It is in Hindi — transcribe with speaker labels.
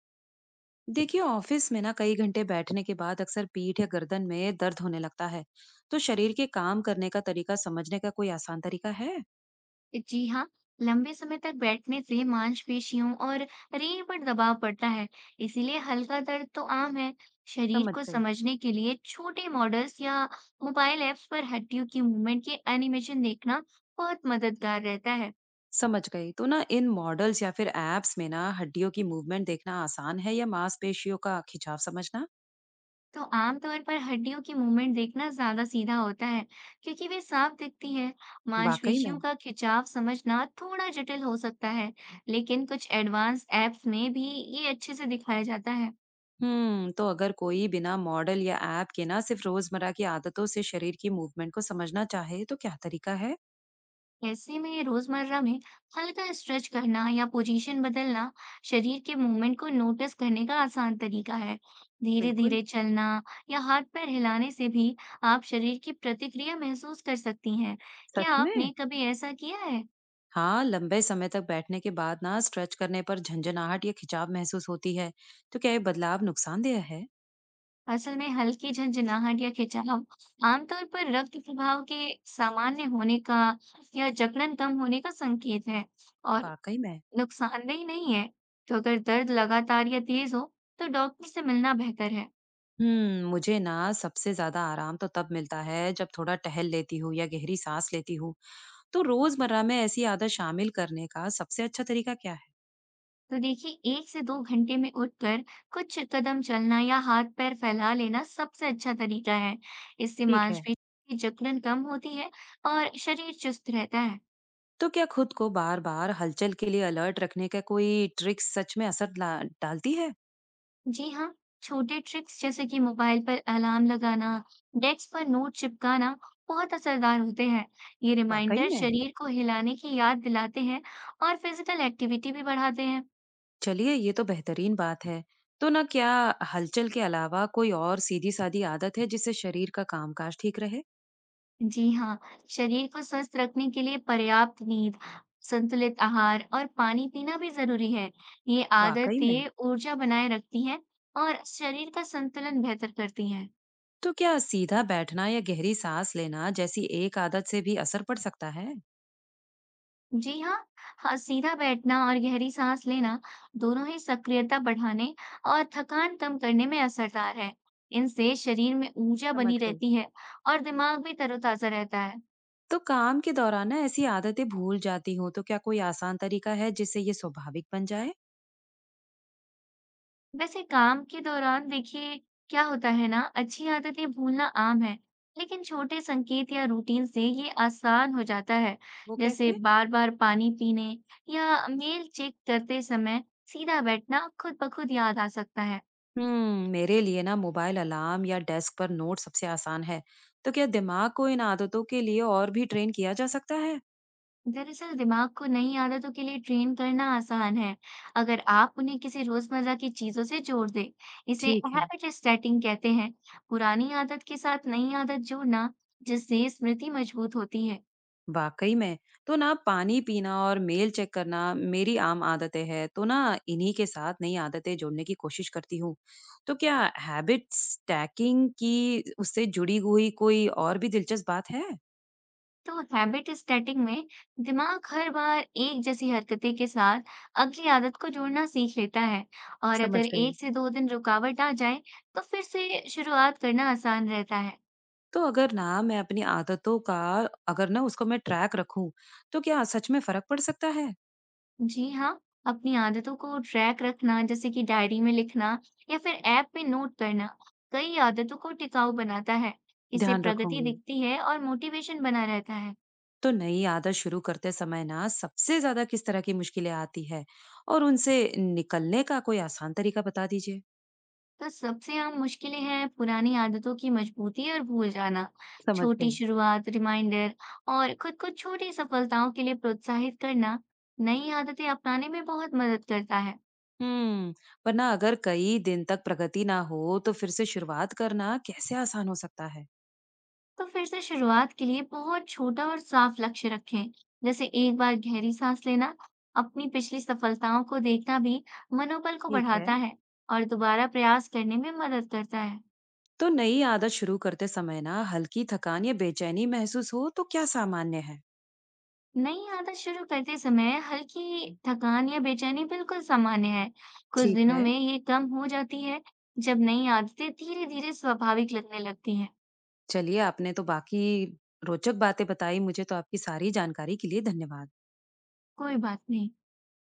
Speaker 1: देखिए, ऑफिस में ना कई घंटे बैठने के बाद अक्सर पीठ या गर्दन में दर्द होने लगता है। तो शरीर के काम करने का तरीका समझने का कोई आसान तरीका है?
Speaker 2: जी हाँ। लंबे समय तक बैठने से मांसपेशियों और रीढ़ पर दबाव पड़ता है, इसीलिए हल्का दर्द तो आम है। शरीर
Speaker 1: समझ
Speaker 2: को
Speaker 1: गई।
Speaker 2: समझने के लिए छोटे मॉडल्स या मोबाइल ऐप्स पर हड्डियों की मूवमेंट के एनिमेशन देखना बहुत मददगार रहता है।
Speaker 1: समझ गई, तो ना इन मॉडल्स या फिर एप्स में ना हड्डियों की मूवमेंट देखना आसान है या मांसपेशियों का खिंचाव समझना?
Speaker 2: तो आमतौर पर हड्डियों की मूवमेंट देखना ज्यादा सीधा होता है, क्योंकि वे साफ दिखती है।
Speaker 1: वाकई में।
Speaker 2: मांसपेशियों का खिंचाव समझना थोड़ा जटिल हो सकता है, लेकिन कुछ एडवांस ऐप्स में भी ये अच्छे से दिखाया जाता है।
Speaker 1: तो अगर कोई बिना मॉडल या ऐप के ना सिर्फ रोजमर्रा की आदतों से शरीर की मूवमेंट को समझना चाहे तो क्या तरीका है?
Speaker 2: ऐसे में रोजमर्रा में हल्का स्ट्रेच करना या पोजीशन बदलना शरीर के मूवमेंट को नोटिस करने का आसान तरीका है। धीरे
Speaker 1: बिल्कुल।
Speaker 2: धीरे चलना या हाथ पैर हिलाने से भी आप शरीर की प्रतिक्रिया महसूस कर सकती हैं। क्या
Speaker 1: सच में।
Speaker 2: आपने कभी ऐसा किया है?
Speaker 1: हाँ, लंबे समय तक बैठने के बाद ना स्ट्रेच करने पर झंझनाहट या खिंचाव महसूस होती है। तो क्या ये बदलाव नुकसानदेह है?
Speaker 2: असल में हल्की झंझनाहट या खिंचाव आमतौर पर रक्त प्रवाह के सामान्य होने का या जकड़न कम होने का संकेत है और
Speaker 1: वाकई में।
Speaker 2: नुकसानदेह नहीं है। तो अगर दर्द लगातार या तेज हो तो डॉक्टर से मिलना बेहतर है।
Speaker 1: मुझे ना सबसे ज्यादा आराम तो तब मिलता है जब थोड़ा टहल लेती हूँ या गहरी सांस लेती हूँ। तो रोजमर्रा में ऐसी आदत शामिल करने का सबसे अच्छा तरीका क्या है?
Speaker 2: तो देखिए, एक से दो घंटे में उठकर कुछ कदम चलना या हाथ पैर फैला लेना सबसे अच्छा तरीका है। इससे
Speaker 1: ठीक है।
Speaker 2: मांसपेशियों की जकड़न कम होती है और शरीर चुस्त रहता है।
Speaker 1: तो क्या खुद को बार बार हलचल के लिए अलर्ट रखने का कोई ट्रिक सच में डालती है?
Speaker 2: जी हाँ। छोटे ट्रिक्स जैसे कि मोबाइल पर अलार्म लगाना, डेस्क पर नोट चिपकाना बहुत असरदार होते हैं। ये
Speaker 1: वाकई
Speaker 2: रिमाइंडर
Speaker 1: में।
Speaker 2: शरीर को हिलाने की याद दिलाते हैं और फिजिकल एक्टिविटी भी बढ़ाते हैं।
Speaker 1: चलिए, ये तो बेहतरीन बात है। तो ना क्या हलचल के अलावा कोई और सीधी-सादी आदत है जिससे शरीर का कामकाज ठीक रहे?
Speaker 2: जी हाँ, शरीर को स्वस्थ रखने के लिए पर्याप्त नींद, संतुलित आहार और पानी पीना भी जरूरी है। ये
Speaker 1: वाक़ई में?
Speaker 2: आदतें ऊर्जा बनाए रखती हैं और शरीर का संतुलन बेहतर करती हैं।
Speaker 1: तो क्या सीधा बैठना या गहरी साँस लेना जैसी एक आदत से भी असर पड़ सकता है?
Speaker 2: जी हाँ, हाँ, सीधा बैठना और गहरी सांस लेना दोनों ही सक्रियता बढ़ाने और थकान कम करने में असरदार है। इनसे शरीर में ऊर्जा
Speaker 1: समझ
Speaker 2: बनी
Speaker 1: गई।
Speaker 2: रहती है और दिमाग भी तरोताजा रहता है।
Speaker 1: तो काम के दौरान ना ऐसी आदतें भूल जाती हूँ, तो क्या कोई आसान तरीका है जिससे ये स्वाभाविक बन जाए?
Speaker 2: वैसे काम के दौरान देखिए क्या होता है ना, अच्छी आदतें भूलना आम है, लेकिन छोटे संकेत या रूटीन से ये आसान हो जाता है।
Speaker 1: वो
Speaker 2: जैसे
Speaker 1: कैसे?
Speaker 2: बार बार पानी पीने या मेल चेक करते समय सीधा बैठना खुद ब खुद याद आ सकता है।
Speaker 1: मेरे लिए ना मोबाइल अलार्म या डेस्क पर नोट सबसे आसान है। तो क्या दिमाग को इन आदतों के लिए और भी ट्रेन किया जा सकता है?
Speaker 2: दरअसल दिमाग को नई आदतों के लिए ट्रेन करना आसान है, अगर आप उन्हें किसी रोजमर्रा की चीजों से जोड़ दें। इसे
Speaker 1: ठीक है।
Speaker 2: हैबिट सेटिंग कहते हैं, पुरानी आदत के साथ नई आदत जोड़ना, जिससे स्मृति मजबूत होती है।
Speaker 1: वाकई में। तो ना पानी पीना और मेल चेक करना मेरी आम आदतें हैं, तो ना इन्हीं के साथ नई आदतें जोड़ने की कोशिश करती हूँ। तो क्या हैबिट स्टैकिंग की उससे जुड़ी हुई कोई और भी दिलचस्प बात है?
Speaker 2: तो हैबिट स्टैटिंग में दिमाग हर बार एक जैसी हरकतें के साथ अगली आदत को जोड़ना सीख लेता है, और
Speaker 1: समझ
Speaker 2: अगर
Speaker 1: गई।
Speaker 2: एक से दो दिन रुकावट आ जाए तो फिर से शुरुआत करना आसान रहता है।
Speaker 1: तो अगर ना मैं अपनी आदतों का अगर ना उसको मैं ट्रैक रखूं तो क्या सच में फर्क पड़ सकता है?
Speaker 2: जी हाँ। अपनी आदतों को ट्रैक रखना, जैसे कि डायरी में लिखना या फिर ऐप में नोट करना, कई आदतों को टिकाऊ बनाता है। इससे
Speaker 1: ध्यान
Speaker 2: प्रगति
Speaker 1: रखूंगी।
Speaker 2: दिखती है और मोटिवेशन बना रहता है।
Speaker 1: तो नई आदत शुरू करते समय ना सबसे ज्यादा किस तरह की मुश्किलें आती है, और उनसे निकलने का कोई आसान तरीका बता दीजिए।
Speaker 2: तो सबसे आम मुश्किलें हैं पुरानी आदतों की मजबूती और भूल जाना।
Speaker 1: समझ
Speaker 2: छोटी
Speaker 1: गई।
Speaker 2: शुरुआत, रिमाइंडर और खुद को छोटी सफलताओं के लिए प्रोत्साहित करना नई आदतें अपनाने में बहुत मदद करता है।
Speaker 1: हम्म, पर ना अगर कई दिन तक प्रगति ना हो तो फिर से शुरुआत करना कैसे आसान हो सकता है?
Speaker 2: तो फिर से शुरुआत के लिए बहुत छोटा और साफ लक्ष्य रखें, जैसे एक बार गहरी सांस लेना। अपनी पिछली सफलताओं को देखना भी मनोबल को
Speaker 1: ठीक है।
Speaker 2: बढ़ाता है और दोबारा प्रयास करने में मदद करता है।
Speaker 1: तो नई आदत शुरू करते समय ना हल्की थकान या बेचैनी महसूस हो तो क्या सामान्य है?
Speaker 2: नई आदत शुरू करते समय हल्की थकान या बेचैनी बिल्कुल सामान्य है। कुछ
Speaker 1: ठीक
Speaker 2: दिनों
Speaker 1: है।
Speaker 2: में ये कम हो जाती है, जब नई आदतें धीरे-धीरे स्वाभाविक लगने लगती हैं।
Speaker 1: चलिए, आपने तो बाकी रोचक बातें बताई, मुझे तो आपकी सारी जानकारी के लिए धन्यवाद।
Speaker 2: कोई बात नहीं।